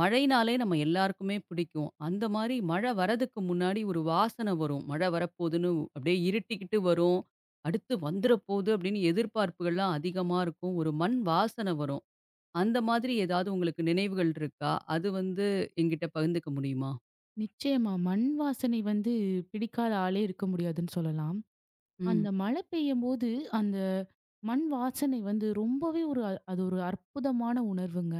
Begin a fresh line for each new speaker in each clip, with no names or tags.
மழைனாலே நம்ம எல்லாருக்குமே பிடிக்கும். அந்த மாரி மழை வரதுக்கு முன்னாடி ஒரு வாசனை வரும். மழை வரப்போதுன்னு அப்படியே இருட்டிக்கிட்டு வரும். அடுத்து வந்துற போது அப்படின்னு எதிர்பார்ப்புகள்லாம் அதிகமா இருக்கும். ஒரு மண் வாசனை வரும். அந்த மாதிரி ஏதாவது உங்களுக்கு நினைவுகள் இருக்கா? அது வந்து என்கிட்ட பகிர்ந்துக்க முடியுமா?
நிச்சயமா. மண் வாசனை வந்து பிடிக்காத ஆளே இருக்க முடியாதுன்னு சொல்லலாம். அந்த
ம்,
மழை பெய்யும்போது, அந்த மண் வாசனை வந்து ரொம்பவே ஒரு அது ஒரு அற்புதமான உணர்வுங்க.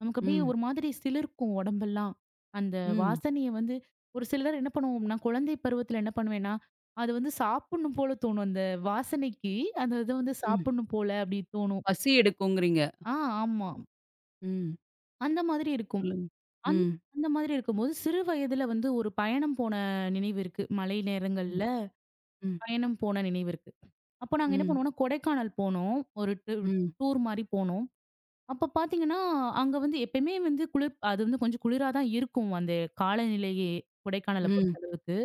நமக்கு அப்படியே
ம்,
ஒரு மாதிரி சிலிர்க்கும் உடம்பெல்லாம். அந்த
ம்,
வாசனைய வந்து ஒரு சிலர் என்ன பண்ணுவோம்னா, குழந்தை பருவத்தில என்ன பண்ணுவேன்னா, அது வந்து சாப்பிடணும் போல தோணும். அந்த வாசனைக்கு அந்த இத வந்து
ம்.
சாப்பிடணும் போல அப்படி தோணும்.
பசி எடுக்குங்கிறீங்க.
ஆ ஆமா.
ம்.
அந்த மாதிரி இருக்கும்.
சொல்லுங்க.
அந்
ம்,
அந்த மாதிரி இருக்கும்போது, சிறு வயதுல வந்து ஒரு பயணம் போன நினைவு இருக்கு. மழை
ம்,
நேரங்கள்ல
ம்,
பயணம் போன நினைவு இருக்கு. அப்போ நாங்க என்ன
ம்,
பண்ணுவோம்னா, கொடைக்கானல் போனோம். ஒரு
ம்,
டூர் மாரி போனோம். அப்ப பார்த்தீங்கன்னா, அங்க வந்து எப்பயுமே வந்து குளிர் அது வந்து கொஞ்சம் குளிரா தான் இருக்கும். அந்த காலநிலையே கொடைக்கானல
ம்,
பொறுத்தளவுக்கு.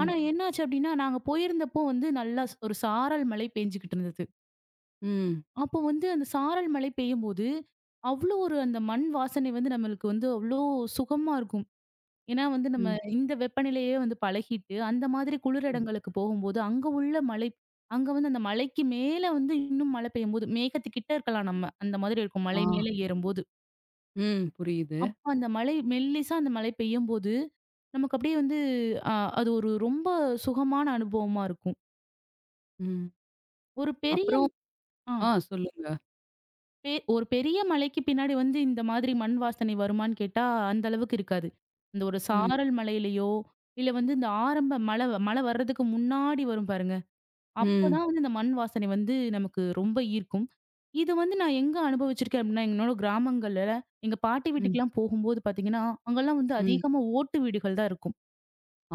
ஆனா என்னாச்சு அப்டின்னா, நாங்க போயிருந்தப்போ வந்து நல்லா ஒரு சாரல் மழை பெஞ்சுகிட்டு இருந்தது.
ம்,
அப்போ வந்து அந்த சாரல் மழை பெய்யும்போது, அவ்ளோ ஒரு அந்த மண் வாசனை வந்து நம்மளுக்கு வந்து அவ்ளோ சுகமா இருக்கும். ஏன்னா வந்து நம்ம
ம்,
இந்த வெப்பநிலையே வந்து பழகிட்டு, அந்த மாதிரி குளிர்
ம்.
இடங்களுக்கு போகும்போது, அங்க உள்ள மழை அங்க வந்து அந்த மலைக்கு மேல வந்து இன்னும் மழை பெய்யும்போது, மேகத்துக்கிட்ட இருக்கலாம் நம்ம. அந்த மாதிரி இருக்கும்
ஆ.
மலை மேல ஏறும்போது.
ம். புரியுது.
அப்ப அந்த மழை மெல்லிசா அந்த மழை பெய்யும்போது, நமக்கு அப்படியே வந்து அ அது ஒரு ரொம்ப சுகமான அனுபவமா இருக்கும்.
ம்.
ஒரு பெரிய
அப்புறம்
ஆ
ஆ சொல்லுங்க.
ஒரு பெரிய மலைக்கு பின்னாடி வந்து இந்த மாதிரி மண் வாசனை வருமான்னு கேட்டா, அந்த அளவுக்கு இருக்காது. இந்த ஒரு
ம்,
சாரல் மலையிலயோ, இல்ல வந்து இந்த ஆரம்ப மழை மழை வர்றதுக்கு முன்னாடி வரும் பாருங்க.
ம்,
அப்பதான் வந்து இந்த மண் வாசனை வந்து நமக்கு ரொம்ப ஈர்க்கும். இது வந்து நான் எங்க அனுபவிச்சிருக்கேன் அப்படின்னா, எங்களோட கிராமங்கள்ல எங்க பாட்டி
ம்,
வீட்டுக்குலாம் போகும்போது பார்த்தீங்கன்னா, அங்கலாம் வந்து
ம்.
அதிகமா ஓட்டு வீடுகள் தான் இருக்கும்.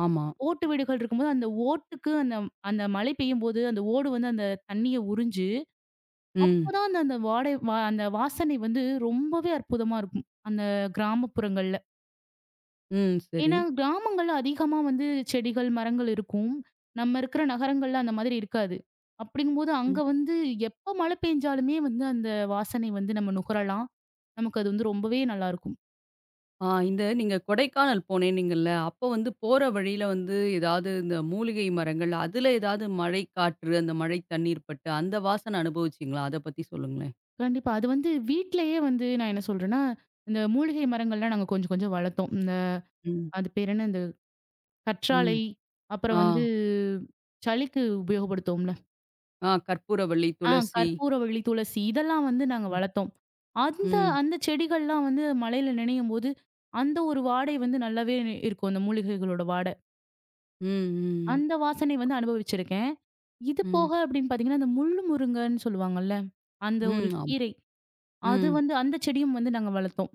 ஆமா.
ஓட்டு வீடுகள் இருக்கும்போது, அந்த ஓட்டுக்கு அந்த அந்த மழை பெய்யும்போது அந்த ஓடு வந்து அந்த தண்ணிய உறிஞ்சு,
ம்,
அப்பதான் அந்த அந்த வாடை அந்த வாசனை வந்து ரொம்பவே அற்புதமா இருக்கும். அந்த கிராமப்புறங்கள்ல.
ம். சரி.
ஏன்னா, கிராமங்கள்ல அதிகமா வந்து செடிகள், மரங்கள் இருக்கும். நம்ம இருக்கிற நகரங்கள்ல அந்த மாதிரி இருக்காது. அப்படிங்கும்போது
ம்.
அங்க வந்து எப்ப மழை பெஞ்சாலுமே வந்து அந்த வாசனை வந்து நம்ம நுகரலாம். நமக்கு அது வந்து ரொம்பவே நல்லாயிருக்கும்.
ஆ இந்த நீங்க கொடைக்கானல் போனேன்னீங்கல்ல, அப்போ வந்து போற வழியில வந்து ஏதாவது இந்த மூலிகை மரங்கள், அதுல ஏதாவது மழை காற்று, அந்த மழை தண்ணீர் பட்டு அந்த வாசனை அனுபவிச்சீங்களா? அத பத்தி சொல்லுங்களேன்.
கண்டிப்பா. அது வந்து வீட்லயே வந்து நான் என்ன சொல்றேன்னா, இந்த மூலிகை மரங்கள்லாம் நாங்க கொஞ்சம் கொஞ்சம் வளர்த்தோம். இந்த
ம்,
அது பேர் என்ன? இந்த
ம்.
கற்றாழை, அப்புறம்
ஆ,
வந்து சளிக்கு உபயோகப்படுத்துவோம்ல.
ஆ. கற்பூரவள்ளி,
ஆ
துளசி.
கற்பூரவள்ளி, துளசி இதெல்லாம் வந்து நாங்க
ம்.
வளர்த்தோம். அந்த
ம்.
அந்த செடிகள்லாம் வந்து மழையில நனையும்போது, அந்த ஒரு வாடை வந்து நல்லாவே இருக்கும். அந்த மூலிகைகளோட வாடை.
ம், ம்,
அந்த வாசனை வந்து அனுபவிச்சிருக்கேன். இது
ம்.
போக அப்படின்னு பார்த்தீங்கன்னா, அந்த முள்ளு முருங்கன்னு சொல்லுவாங்கல்ல, அந்த ஒரு
ம். ஆமா.
கீரை. அது
ம்,
வந்து அந்த செடியும் வந்து நாங்க வளர்த்தோம்.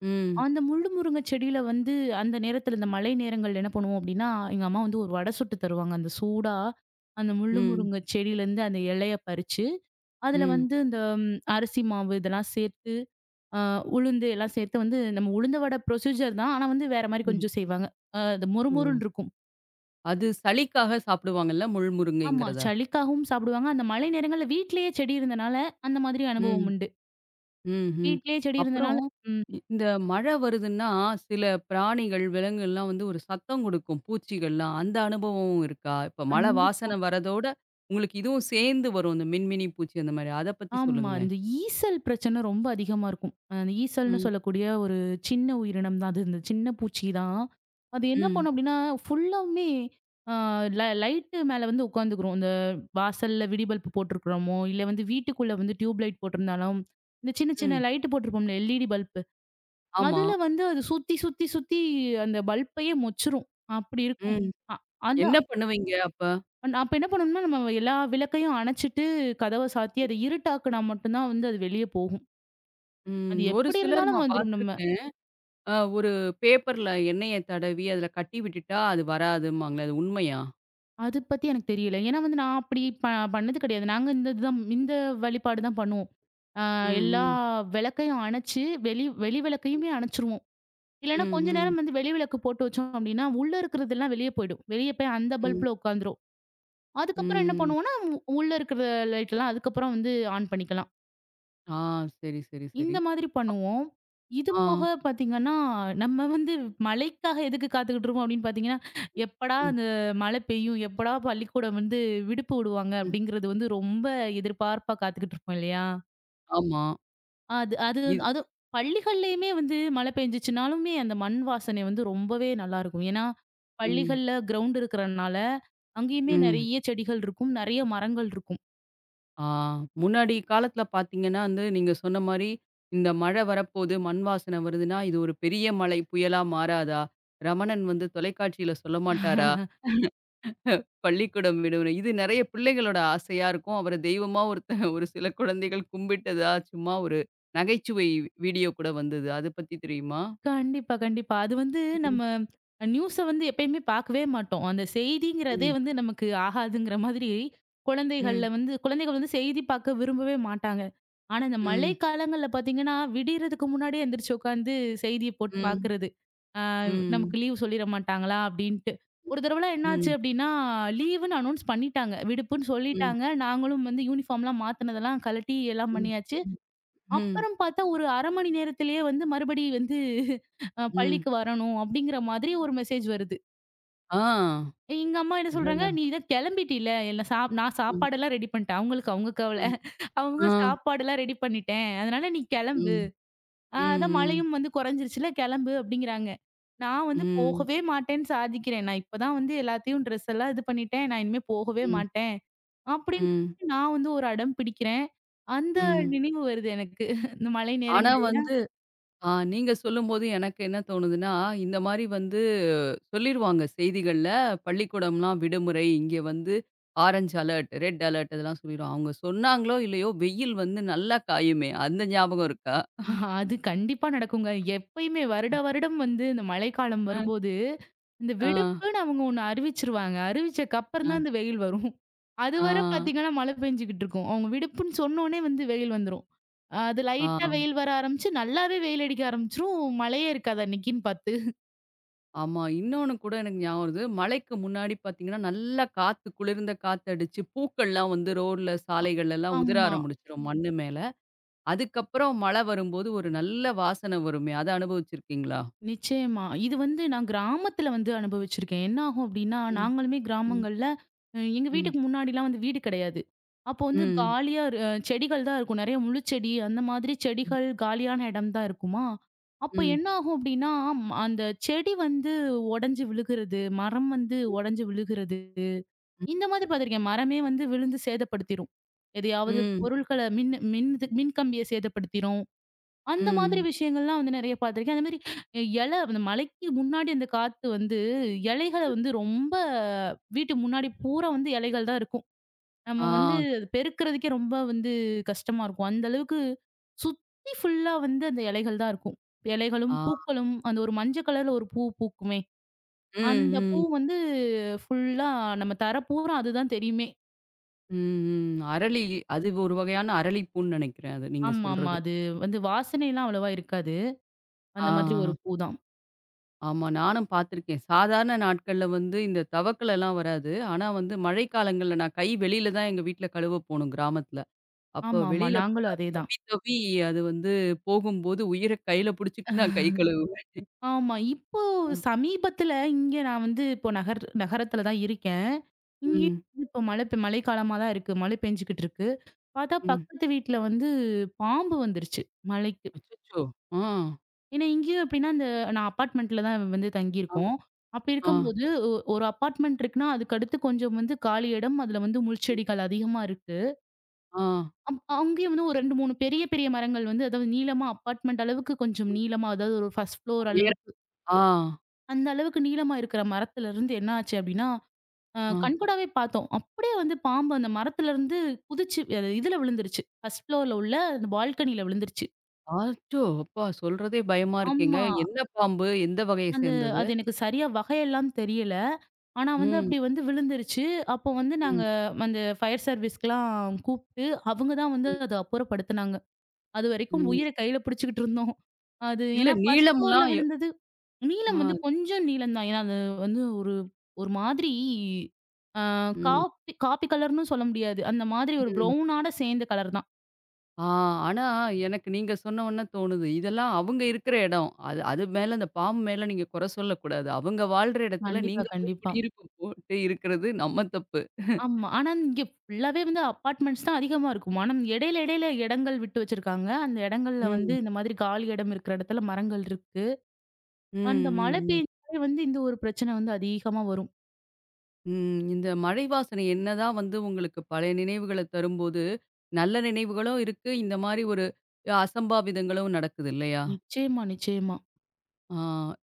ம்,
அந்த முள்ளு முருங்க செடியில வந்து அந்த நேரத்துல இந்த மழை நேரங்கள்ல என்ன பண்ணுவோம் அப்படின்னா, எங்க அம்மா வந்து ஒரு வடை சுட்டு தருவாங்க. அந்த சூடா அந்த முள்ளு
ம்,
முருங்க செடியிலேருந்து அந்த இலைய பறிச்சு அதுல
ம்.
வந்து இந்த அரிசி மாவு இதெல்லாம் சேர்த்து, அ உளுந்து எல்லாம் சேர்த்து வந்து நம்ம உளுந்த வடை ப்ரொசீஜர் தான். ஆனா வந்து வேற மாரி
ம்.
கொஞ்சம் செய்வாங்க. அது
ஓ!
மொறுமொறுன்னு இருக்கும்.
அது சளிக்காக சாப்பிடுவாங்கல்ல முள்
ஆமா.
முருங்கைங்கிறத?
சளிக்காகவும் சாப்பிடுவாங்க. அந்த மழை நேரங்கள்ல வீட்லயே செடி இருந்தனால, அந்த மாதிரி அனுபவம்
ம்.
உண்டு.
ம்ஹ்ம்.
வீட்லயே செடி இருந்தனால
அப்புறம்
ம்.
இந்த மழை வருதுன்னா, சில பிராணிகள், விலங்குகள்லாம் வந்து ஒரு சத்தம் குடுக்கும், பூச்சிகள்லாம். அந்த அனுபவம் இருக்கா? இப்ப மழை
கண்டிப்பா.
வாசனை வரதோட, உங்களுக்கு இதுவும் சேர்ந்து வரும். இந்த மின்மினி பூச்சி அந்த மாரி. அத பத்தி
ஆமா.
சொல்லுங்களேன்.
இந்த ஈசல் பிரச்சனை ரொம்ப அதிகமா இருக்கும். அந்த ஈசல்ன்னு
ம்,
சொல்லக்கூடிய ஒரு சின்ன உயிரினம் தான் அது. இந்த சின்ன பூச்சி தான். அது என்ன
ம்,
பண்ணும் அப்டின்னா, ஃபுல்லாவுமே அ ல லைட்டு மேல வந்து உட்காந்துக்கும். இந்த வாசல்ல விடிபல்ப் போட்டிருக்கிறோமோ, இல்ல வந்து வீட்டுக்குள்ள வந்து டியூப் லைட் போட்டிருந்தாலும், இந்த சின்ன சின்ன
ம்.
லைட்டு போட்டிருப்போம்ல எல்இடி பல்பு.
ஆமா.
அதுல வந்து அது சுத்தி, சுத்தி, சுத்தி அந்த பல்பையே மொச்சிரும். அப்டி இருக்கும்.
ம்.
அ
என்ன
அதான்.
பண்ணுவீங்க அப்ப?
அப்ப என்ன பண்ணணும்னா, நம்ம எல்லா விளக்கையும் அணச்சிட்டு, கதவ சாத்தி, அத இருட்டாக்குனா மட்டும் தான் வந்து அது வெளிய போகும்.
ம்.
அது
ஒரு
எப்படி
சிலர்
இருந்தாலும்
நான்
வந்துரும் நம்ம.
பார்த்துருக்கேன். ஒரு பேப்பர்ல எண்ணெய தடவி, அதுல கட்டி விட்டுட்டா அது வராதும்பாங்களே, அது உண்மையா?
அது பத்தி எனக்கு தெரியல. ஏன்னா வந்து நான் அப்படி பண்ணது கிடையாது. நாங்க இந்த இதுதான் இந்த வழிபாடு தான் பண்ணுவோம். ஆ
ம்,
எல்லா
ம்,
விளக்கையும் அணைச்சு, வெளி வெளி விளக்கையுமே அணைச்சுருவோம். இல்லன்னா
ம்,
கொஞ்ச
ம்,
நேரம் வந்து வெளி விளக்கு போட்டு வச்சோம் அப்படின்னா, உள்ள இருக்கிறதெல்லாம் வெளிய போயிடும். வெளிய போய் அந்த
ம், ம்.
பல்புல உட்காந்துரும். அதுக்கப்புறம் என்ன
ம்.
பண்ணுவோம்னா, உள்ள இருக்கிற லைட் எல்லாம் அதுக்கப்புறம் வந்து ஆன் பண்ணிக்கலாம்.
ஆ சரி, சரி, சரி.
இந்த மாதிரி பண்ணுவோம். இது
ஆ.
போக பார்த்தீங்கன்னா, நம்ம வந்து மழைக்காக எதுக்கு காத்துக்கிட்டு இருப்போம் அப்படின்னு பார்த்தீங்கன்னா, எப்படா
ம்,
அந்த மழை பெய்யும்? எப்படா பள்ளிக்கூடம் வந்து விடுப்பு விடுவாங்க?
ம்.
அப்படிங்கிறது வந்து ரொம்ப எதிர்பார்ப்பா காத்துக்கிட்டு இருப்போம் இல்லையா?
ஆமா.
அது அது
இது
அது பள்ளிகள்லயுமே வந்து மழை பெஞ்சுச்சுனாலுமே அந்த மண் வாசனை வந்து ரொம்பவே நல்லாருக்கும். ஏன்னா,
ம்,
பள்ளிகள்ல கிரவுண்ட் இருக்கிறனால, அங்கேயுமே
ம்.
நெறைய செடிகள் இருக்கும். நெறைய மரங்கள் இருக்கும்.
ஆ முன்னாடி காலத்துல பார்த்தீங்கன்னா வந்து, நீங்க சொன்ன மாரி, இந்த மழை வரப்போது, மண் வாசனை வருதுன்னா, இது ஒரு பெரிய மழை, புயலா மாறாதா? ரமணன் வந்து தொலைக்காட்சியில சொல்ல மாட்டாரா? பள்ளிக்கூடம் விடுமுறை. இது நெறைய பிள்ளைகளோட ஆசையா இருக்கும். அவர தெய்வமா ஒருத்த ஒரு சில குழந்தைகள் கும்பிட்டதா, சும்மா ஒரு நகைச்சுவை வீடியோ கூட வந்தது. அது பத்தி தெரியுமா?
கண்டிப்பா, கண்டிப்பா. அது வந்து
ம்,
நம்ம நியூஸ வந்து எப்பயுமே பார்க்கவே மாட்டோம். அந்த செய்திங்கிறதே
ம்,
வந்து நமக்கு ஆகாதுங்கிற மாதிரி, குழந்தைகள்ல
ம்,
வந்து குழந்தைகள் வந்து செய்தி பார்க்க விரும்பவே மாட்டாங்க. ஆனா, இந்த மழை
ம்,
காலங்கள்ல பார்த்தீங்கன்னா, விடியறதுக்கு முன்னாடியே எந்திரிச்சு உட்காந்து செய்திய
ம்,
போட்டு
ம்,
பார்க்கறது. ஆ
ம்,
நமக்கு லீவ் சொல்லிட மாட்டாங்களா அப்படின்ட்டு. ஒரு தடவலாம் என்னாச்சு
ம்,
அப்படின்னா, லீவுன்னு அனௌன்ஸ் பண்ணிட்டாங்க. விடுப்புன்னு சொல்லிட்டாங்க. நாங்களும் வந்து யூனிஃபார்ம்லாம் மாத்துனதெல்லாம் கழட்டி எல்லாம்
ம்,
பண்ணியாச்சு.
ம், ம்.
அப்புறம் பார்த்தா ஒரு 1/2 மணி நேரத்திலேயே வந்து மறுபடி வந்து
ம்.
பள்ளிக்கு வரணும் அப்படிங்கிற மாதிரி ஒரு மெசேஜ் வருது.
ஆ.
எங்க அம்மா என்ன சொல்றாங்க,
அடடா!
"நீ தான் கிளம்பிட்டில எல்லாம் சாப் நான்
ம்,
சாப்பாடெல்லாம் ரெடி பண்ணிட்டேன்." அவங்களுக்கு அவங்க கவல.
ம்.
அவங்க
ஆ.
சாப்பாடெல்லாம் ரெடி பண்ணிட்டேன். அதனால நீ கிளம்பு.
ம், ம்,
அதான்
ம்,
மழையும் வந்து குறைஞ்சிருச்சுல கிளம்பு அப்படிங்கிறாங்க. நான் வந்து
ம்,
போகவே மாட்டேன்னு சாதிக்கிறேன். நான் இப்ப தான் வந்து எல்லாத்தையும் ட்ரெஸ் எல்லாம் இது பண்ணிட்டேன். நான் இனிமே போகவே
ம்,
மாட்டேன். அப்படின்னு
ம்,
நான் வந்து ஒரு அடம் பிடிக்கிறேன். அந்த
ம்.
நினைவு வருது எனக்கு. இந்த மழை
ஆனா
நேரங்கள்
வந்து ஆ நீங்க சொல்லும்போது எனக்கு என்ன தோணுதுன்னா, இந்த மாரி வந்து சொல்லிருவாங்க செய்திகள்ல, பள்ளிக்கூடம்லாம் விடுமுறை, இங்க வந்து ஆரஞ்ச் அலர்ட், ரெட் அலர்ட் இதெல்லாம் சொல்லிருவாங்க. அவங்க சொன்னாங்களோ இல்லையோ, வெயில் வந்து நல்லா காயுமே! அந்த ஞாபகம் இருக்கா?
அது கண்டிப்பா நடக்குங்க. எப்பயுமே வருடா வருடம் வந்து இந்த மழைக்காலம்
அ,
வரும்போது, இந்த
ஆ,
விடுப்புன்னு அவங்க ஒண்ணு அறிவிச்சுருவாங்க. அறிவிச்சக்கப்புறம்
அ,
தான் இந்த வெயில் வரும்.
ஆ,
அதுவர பார்த்தீங்கன்னா, மழை பெஞ்சுகிட்டு இருக்கும். அவங்க விடுப்புன்னு சொன்னோனே வந்து வெயில் வந்துரும். அது லைட்டா
ஆ.
வெயில் வர ஆரம்பிச்சு, நல்லாவே வெயில் அடிக்க ஆரம்பிச்சுரும். மழையே இருக்காது அன்னைக்கின்னு பார்த்து.
ஆமா. இன்னொன்னு கூட எனக்கு ஞாபகம் வருது. மழைக்கு முன்னாடி பார்த்தீங்கன்னா, நல்லா காத்து குளிர்ந்த காத்தடிச்சு, பூக்கள்லாம் வந்து ரோட்ல,
அ
சாலைகள்லலாம் உதிர
ஆமா.
ஆரம்பிச்சுரும் மண்ணு மேல. அதுக்கப்புறம் மழை வரும்போது ஒரு நல்ல வாசனை வருமே! அத அனுபவிச்சிருக்கீங்களா?
நிச்சயமா. இது வந்து நான் கிராமத்துல வந்து அனுபவிச்சிருக்கேன். என்ன ஆகும் அப்டின்னா,
ம், ம்,
நாங்களுமே
ம்.
கிராமங்கள்ல எங்க
ம்.
வீட்டுக்கு முன்னாடிலாம் வந்து வீடு கிடையாது. அப்போ வந்து
ம்,
காலியா இரு அ செடிகள் தான் இருக்கும். நெறைய முழுச்செடி அந்த மாதிரி
ம்.
செடிகள், காலியான இடம் தான் இருக்குமா. அப்ப
ம்,
என்ன ஆகும் அப்டின்னா, அந்த செடி வந்து உடைஞ்சு விழுகுறது, மரம் வந்து
ம்.
உடைஞ்சு விழுகுறது. இந்த மாதிரி பார்த்துருக்கேன். மரமே வந்து விழுந்து சேதப்படுத்திரும். எதையாவது
ம்.
பொருட்கள மின் கம்பிய சேதப்படுத்திரும். அந்த மாதிரி
ம்.
விஷயங்கள்லாம் வந்து நெறைய பார்த்துருக்கேன். அதேமாரி அந்த மலைக்கு முன்னாடி அந்த காத்து வந்து இலைகள
ம்.
வந்து வீட்டு முன்னாடி பூரா வந்து இலைகள் தான் இருக்கும்.
ஆ,
நம்ம வந்து அது பெருக்குறதுக்கே ரொம்ப வந்து கஷ்டமா இருக்கும். அந்த அளவுக்கு சுத்தி ஃபுல்லா வந்து அந்த இலைகள் தான் இருக்கும். இலைகளும்,
ஆ.
பூக்களும் அந்த ஒரு மஞ்ச கலர்ல ஒரு பூ பூக்குமே!
ம்,
அந்த பூ
ம்.
வந்து ஃபுல்லா நம்ம தர பூரா அதுதான் தெரியுமே!
ம், ம். அரளி அது ஒரு வகையான அரளிப்பூன்னு நெனைக்கிறேன் அது நீங்க
ஆமா, ஆமா.
சொல்றது.
அது வந்து வாசனைலாம் அவ்வளவா இருக்காது.
ஆ,
அந்த மாதிரி
ஆ.
ஒரு பூ தான்.
ஆமா. நானும் பார்த்துருக்கேன். சாதாரண நாட்கள்ல வந்து இந்த தவக்கலலாம் வராது. ஆனா வந்து மழைக்காலங்கள்ல நான் கை வெளியில தான் எங்க வீட்ல கழுவ போணும் கிராமத்துல. அப்போ
ஆமா, ஆமா.
வெளியில போனா
நாங்களும் அதே
தவி தவி அது வந்து போகும்போது உயிர கையில புடிச்சுக்கிட்டு நான்
தான்.
கை கழுவுவேன்.
ஆமா. இப்போ
ஆ.
சமீபத்துல இங்க நான் வந்து இப்போ நகரத்துல தான் இருக்கேன். இங்கேயும்
ம்.
வந்து இப்போ மழை மழைக்காலமா தான் இருக்கு. மழை பெஞ்சுகிட்டு இருக்கு. பார்த்தா
ம்.
பக்கத்து வீட்ல வந்து பாம்பு வந்துருச்சு மழைக்கு.
அச்சச்சோ! ஆ.
ஏன்னா இங்கேயும் எப்படின்னா, இந்த நான் அபார்ட்மெண்ட்ல தான் வந்து
ஆ.
தங்கியிருக்கோம். அப்படி
ஆ.
இருக்கும்போது ஒரு அபார்ட்மெண்ட் இருக்குன்னா, அதுக்கு அடுத்து கொஞ்சம் வந்து காலி இடம். அதுல வந்து முள்செடிகள் அதிகமா இருக்கு.
ஆ.
அங்கேயும் வந்து ஒரு 2, 3 பெரிய பெரிய மரங்கள் வந்து அதாவது நீளமா அபார்ட்மெண்ட் அளவுக்கு கொஞ்சம் நீளமா அதாவது ஒரு 1 ஃபர்ஸ்ட் ஃப்ளோர்
உயர
அளவுக்கு
ஆ.
அந்த அளவுக்கு நீளமா இருக்கிற மரத்துல இருந்து என்ன ஆச்சு அப்டின்னா,
ஆ.
கண்கூடாவே பார்த்தோம். அப்படியே வந்து பாம்பு அந்த மரத்துல இருந்து குதிச்சு அது இதுல விழுந்துருச்சு. 1 ஃப்ளோர்ல உள்ள அந்த பால்கனில விழுந்துருச்சு.
ஆச்சோ! அப்பா சொல்றதே பயமா இருக்கேங்க.
ஆமா.
என்ன பாம்பு? எந்த வகைய
அந்த
சேர்ந்தது?
அது எனக்கு சரியா வகையெல்லாம் தெரியல. ஆனா வந்து
ம்.
அப்படி வந்து விழுந்துருச்சு. அப்போ வந்து நாங்க
ம்.
அந்த ஃபயர் சர்வீஸ்க்குலாம் கூப்ட்டு, அவங்க தான் வந்து
ம்.
அத அப்புறப்படுத்துனாங்க. அதுவரைக்கும்
ம்.
உயிர கையில பிடிச்சுக்கிட்டு இருந்தோம். அது
இல்ல
ஏன்னா ஃபர்ஸ்ட் ஃப்ளோர்ல
நீளம்லாம்
விழுந்தது. நீளம் வந்து
ஆ.
கொஞ்சம் நீளம் தான். ஏன்னா அது வந்து ஒரு ஒரு மாதிரி ஆ
ம்.
காப்பி காப்பி கலர்ன்னு சொல்ல முடியாது. அந்த மாதிரி ஒரு
ம்.
ப்ரவுனோட சேர்ந்த கலர் தான்.
ஆ, ஆனா எனக்கு நீங்க சொன்ன உடனே தோணுது. இதெல்லாம் அவங்க இருக்கிற இடம். அது அது மேல அந்த பாம்பு மேல நீங்க குறை சொல்லக்கூடாது. அவங்க வாழ்ற இடத்துல
கண்டிப்பா,
நீங்க போய்
கண்டிப்பா.
குடியிருப்பு போட்டு இருக்கிறது நம்ம தப்பு.
ஆமா. ஆனா இங்க ஃபுல்லாவே வந்து அபார்ட்மெண்ட்ஸ் தான் அதிகமா இருக்கும். ஆனா இடையில இடையில இடங்கள் விட்டு வச்சிருக்காங்க. அந்த இடங்கள்ல வந்து
ம்.
இந்த மாதிரி காலி இடம் இருக்கிற இடத்துல மரங்கள் இருக்கு.
ம்,
அந்த
ம்,
மழை
ம்.
பெய்ஞ்சாலே வந்து இந்த ஒரு பிரச்சனை வந்து அதிகமா வரும்.
ம். இந்த மழை வாசனை என்னதான் வந்து உங்களுக்கு பழைய நினைவுகள தரும்போது, நல்ல நினைவுகளும் இருக்கு. இந்த மாரி ஒரு அசம்பாவிதங்களும் நடக்குது இல்லையா?
நிச்சயமா, நிச்சயமா.
ஆ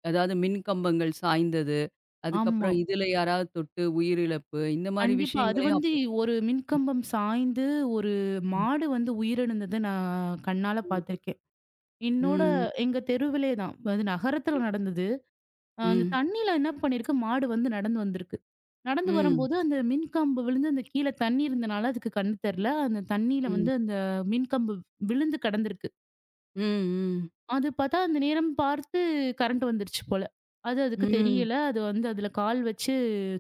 அதாவது மின் கம்பங்கள் சாய்ந்தது.
ஆமா.
அதுக்கப்புறம் இதுல யாராவது தொட்டு உயிரிழப்பு. இந்த மாரி
கண்டிப்பா. அது
விஷயங்களையும்
வந்து
அப்போ
ஒரு மின்கம்பம் சாய்ந்து, ஒரு
ம்.
மாடு வந்து உயிரிழந்தத நான் கண்ணால பார்த்துருக்கேன். என்னோட
ம்.
எங்க தெருவிலே தான். அது நகரத்தில நடந்தது. அந்த
ம்.
தண்ணீல என்ன பண்ணியிருக்கு, மாடு வந்து நடந்து வந்திருக்கு. நடந்து
ம்.
வரும்போது அந்த மின்கம்பு விழுந்து அந்த கீழ தண்ணி இருந்தனால அதுக்கு கண்ணு தெர்ல. அந்த தண்ணீல
ம்.
வந்து அந்த மின்கம்பு விழுந்து கிடந்திருக்கு.
ம்.
அது பார்த்தா அந்த நேரம் பார்த்து கரண்ட் வந்துருச்சு போல. அது
ம்.
அதுக்கு
ம்.
தெரியல. அது வந்து அதில கால் வச்சு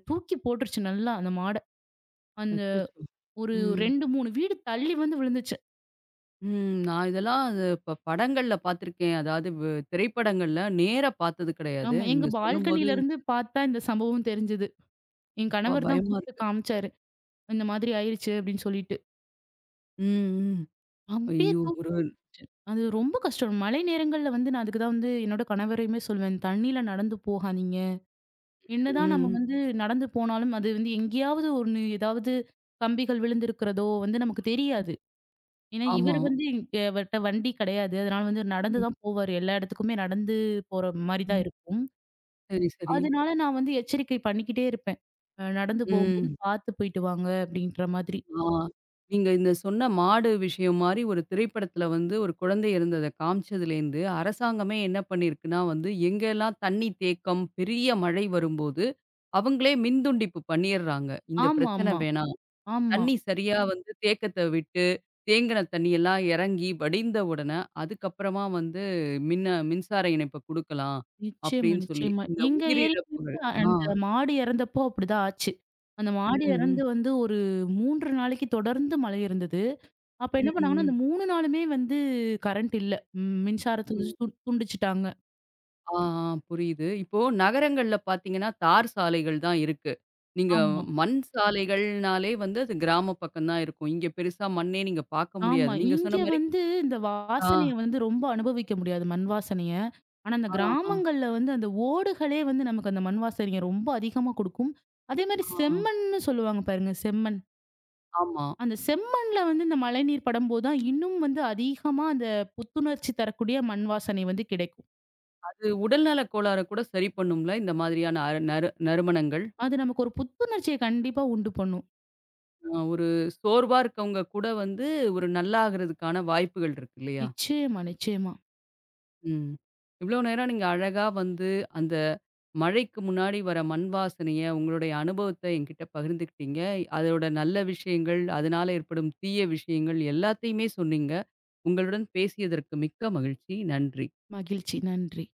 தூக்கி போட்டுருச்சு நல்லா அந்த மாட. அந்த
அச்சச்சோ!
ஒரு
ம்.
2, 3 வீடு தள்ளி வந்து விழுந்துச்சு.
ம். நான் இதெல்லாம் அது படங்கள்ல பார்த்துருக்கேன். அதாவது திரைப்படங்கள்ல நேரா பார்த்தது கிடையாது.
ஆமா. எங்க
நீங்க சொல்லும்போது
பால்கனில இருந்து பார்த்தா இந்த சம்பவம் தெரிஞ்சது. என்
அப்பா!
கணவர் தான்
பயமா
கூப்ட்டு
இருக்கு.
காமிச்சாரு. இந்த மாதிரி ஆயிருச்சு அப்டின்னு சொல்லிட்டு.
ம். ம்.
அப்டியே
ஐயோ!
தூக்கிச்சு.
ஒரு
அது ரொம்ப கஷ்டம். மழை நேரங்கள்ல வந்து நான் அதுக்கு தான் வந்து என்னோட கணவரையுமே சொல்வேன். தண்ணீல நடந்து போகாதீங்க. என்னதான் நம்ம
ம்.
வந்து நடந்து போனாலும் அது வந்து எங்கேயாவது ஒண்ணு ஏதாவது கம்பிகள் விழுந்திருக்கிறதோ வந்து நமக்கு தெரியாது. ஏன்னா
ஆமா.
இவர் வந்து இங்க அவர்ட்ட வண்டி கிடையாது. அதனால வந்து நடந்து
ம்.
தான் போவாரு. எல்லா இடத்துக்குமே நடந்து போற மாரி தான்
ம்.
இருக்கும்.
சரி, சரி.
அதனால நான் வந்து எச்சரிக்கை பண்ணிக்கிட்டே இருப்பேன். நடந்து போகும்போது
ம்.
பார்த்து போயிட்டு வாங்க அப்படின்ற மாதிரி.
ஆ. நீங்க இந்த சொன்ன மாடு விஷயம் மாரி ஒரு திரைப்படத்துல வந்து ஒரு குழந்தை இறந்தத காமிச்சதுலேருந்து, அரசாங்கமே என்ன பண்ணியிருக்குன்னா வந்து, எங்கெல்லாம் தண்ணி தேக்கம், பெரிய மழை வரும்போது, அவங்களே மின்துண்டிப்பு பண்ணிர்றாங்க. இந்த பிரச்சனை
ஆமாமா,
வேணாம்.
ஆமா. ஆமா
தண்ணி சரியா வந்து தேக்கத்த விட்டு, தேங்கின தண்ணியெல்லாம் இறங்கி வடிந்த உடனே, அதுக்கப்புறமா வந்து மின்சார இணைப்ப குடுக்கலாம்.
நிச்சயமா,
அப்படின்னு சொல்லி,
நிச்சயமா.
இந்த
எங்க ஏரியாலயே
உயிரிழப்புகள் ஆ.
அந்த மாடு இறந்தப்போ அப்படிதான் ஆச்சு. அந்த
ம்,
மாடு இறந்து
ம்.
வந்து ஒரு 3 நாளைக்கு தொடர்ந்து மழை இருந்தது. அப்ப
ம்,
என்ன பண்ணாங்கன்னா,
ம்.
அந்த 3 நாளுமே வந்து கரண்ட் இல்ல. ம்
ம்.
மின்சாரத்த துண்டிச்சுட்டாங்க.
ஆ, ஆ, புரியுது. இப்போ நகரங்கள்ல பார்த்தீங்கன்னா, தார் சாலைகள் தான் இருக்கு. நீங்க
ஆமா.
மண் சாலைகள்னாலே வந்து அது கிராம பக்கம் தான் இருக்கும். இங்க பெருசா மண்ணே நீங்க பார்க்க முடியாது.
ஆமா.
நீங்க
இங்க
சொன்ன மாரி
வந்து இந்த
ஆ,
வாசனைய வந்து ரொம்ப அனுபவிக்க முடியாது, மண் வாசனைய. ஆனா, அந்த
ஆ, ஆ,
கிராமங்கள்ல வந்து அந்த ஓடுகளே வந்து நமக்கு அந்த மண் வாசனைய ரொம்ப அதிகமா குடுக்கும். அதேமாரி
ஆ,
செம்மண்னு சொல்லுவாங்க பாருங்க, செம்மண்.
ஆமா.
அந்த செம்மண்ல வந்து இந்த மழைநீர் படும்போது தான் இன்னும் வந்து அதிகமா அந்த புத்துணர்ச்சி தரக்கூடிய மண் வாசனை வந்து கிடைக்கும்.
அது உடல்நல கோளாற கூட சரி பண்ணும்ல, இந்த மாதிரியான அ நறு நறுமணங்கள்.
அது நமக்கு ஒரு புத்துணர்ச்சிய கண்டிப்பா உண்டு பண்ணும்.
அ ஒரு சோர்வா இருக்கவங்க கூட வந்து ஒரு நல்லா ஆகுறதுக்கான வாய்ப்புகள் இருக்கு இல்லையா?
நிச்சயமா, நிச்சயமா.
ம். இவ்ளோ நேரம் நீங்க அழகா வந்து அந்த மழைக்கு முன்னாடி வர மண் வாசனைய, உங்களுடைய அனுபவத்த என்கிட்ட பகிர்ந்துக்கிட்டீங்க. அதோட நல்ல விஷயங்கள், அதனால ஏற்படும் தீய விஷயங்கள் எல்லாத்தையுமே சொன்னீங்க. உங்களுடன் பேசியதற்கு மிக்க மகிழ்ச்சி. நன்றி.
மகிழ்ச்சி. நன்றி.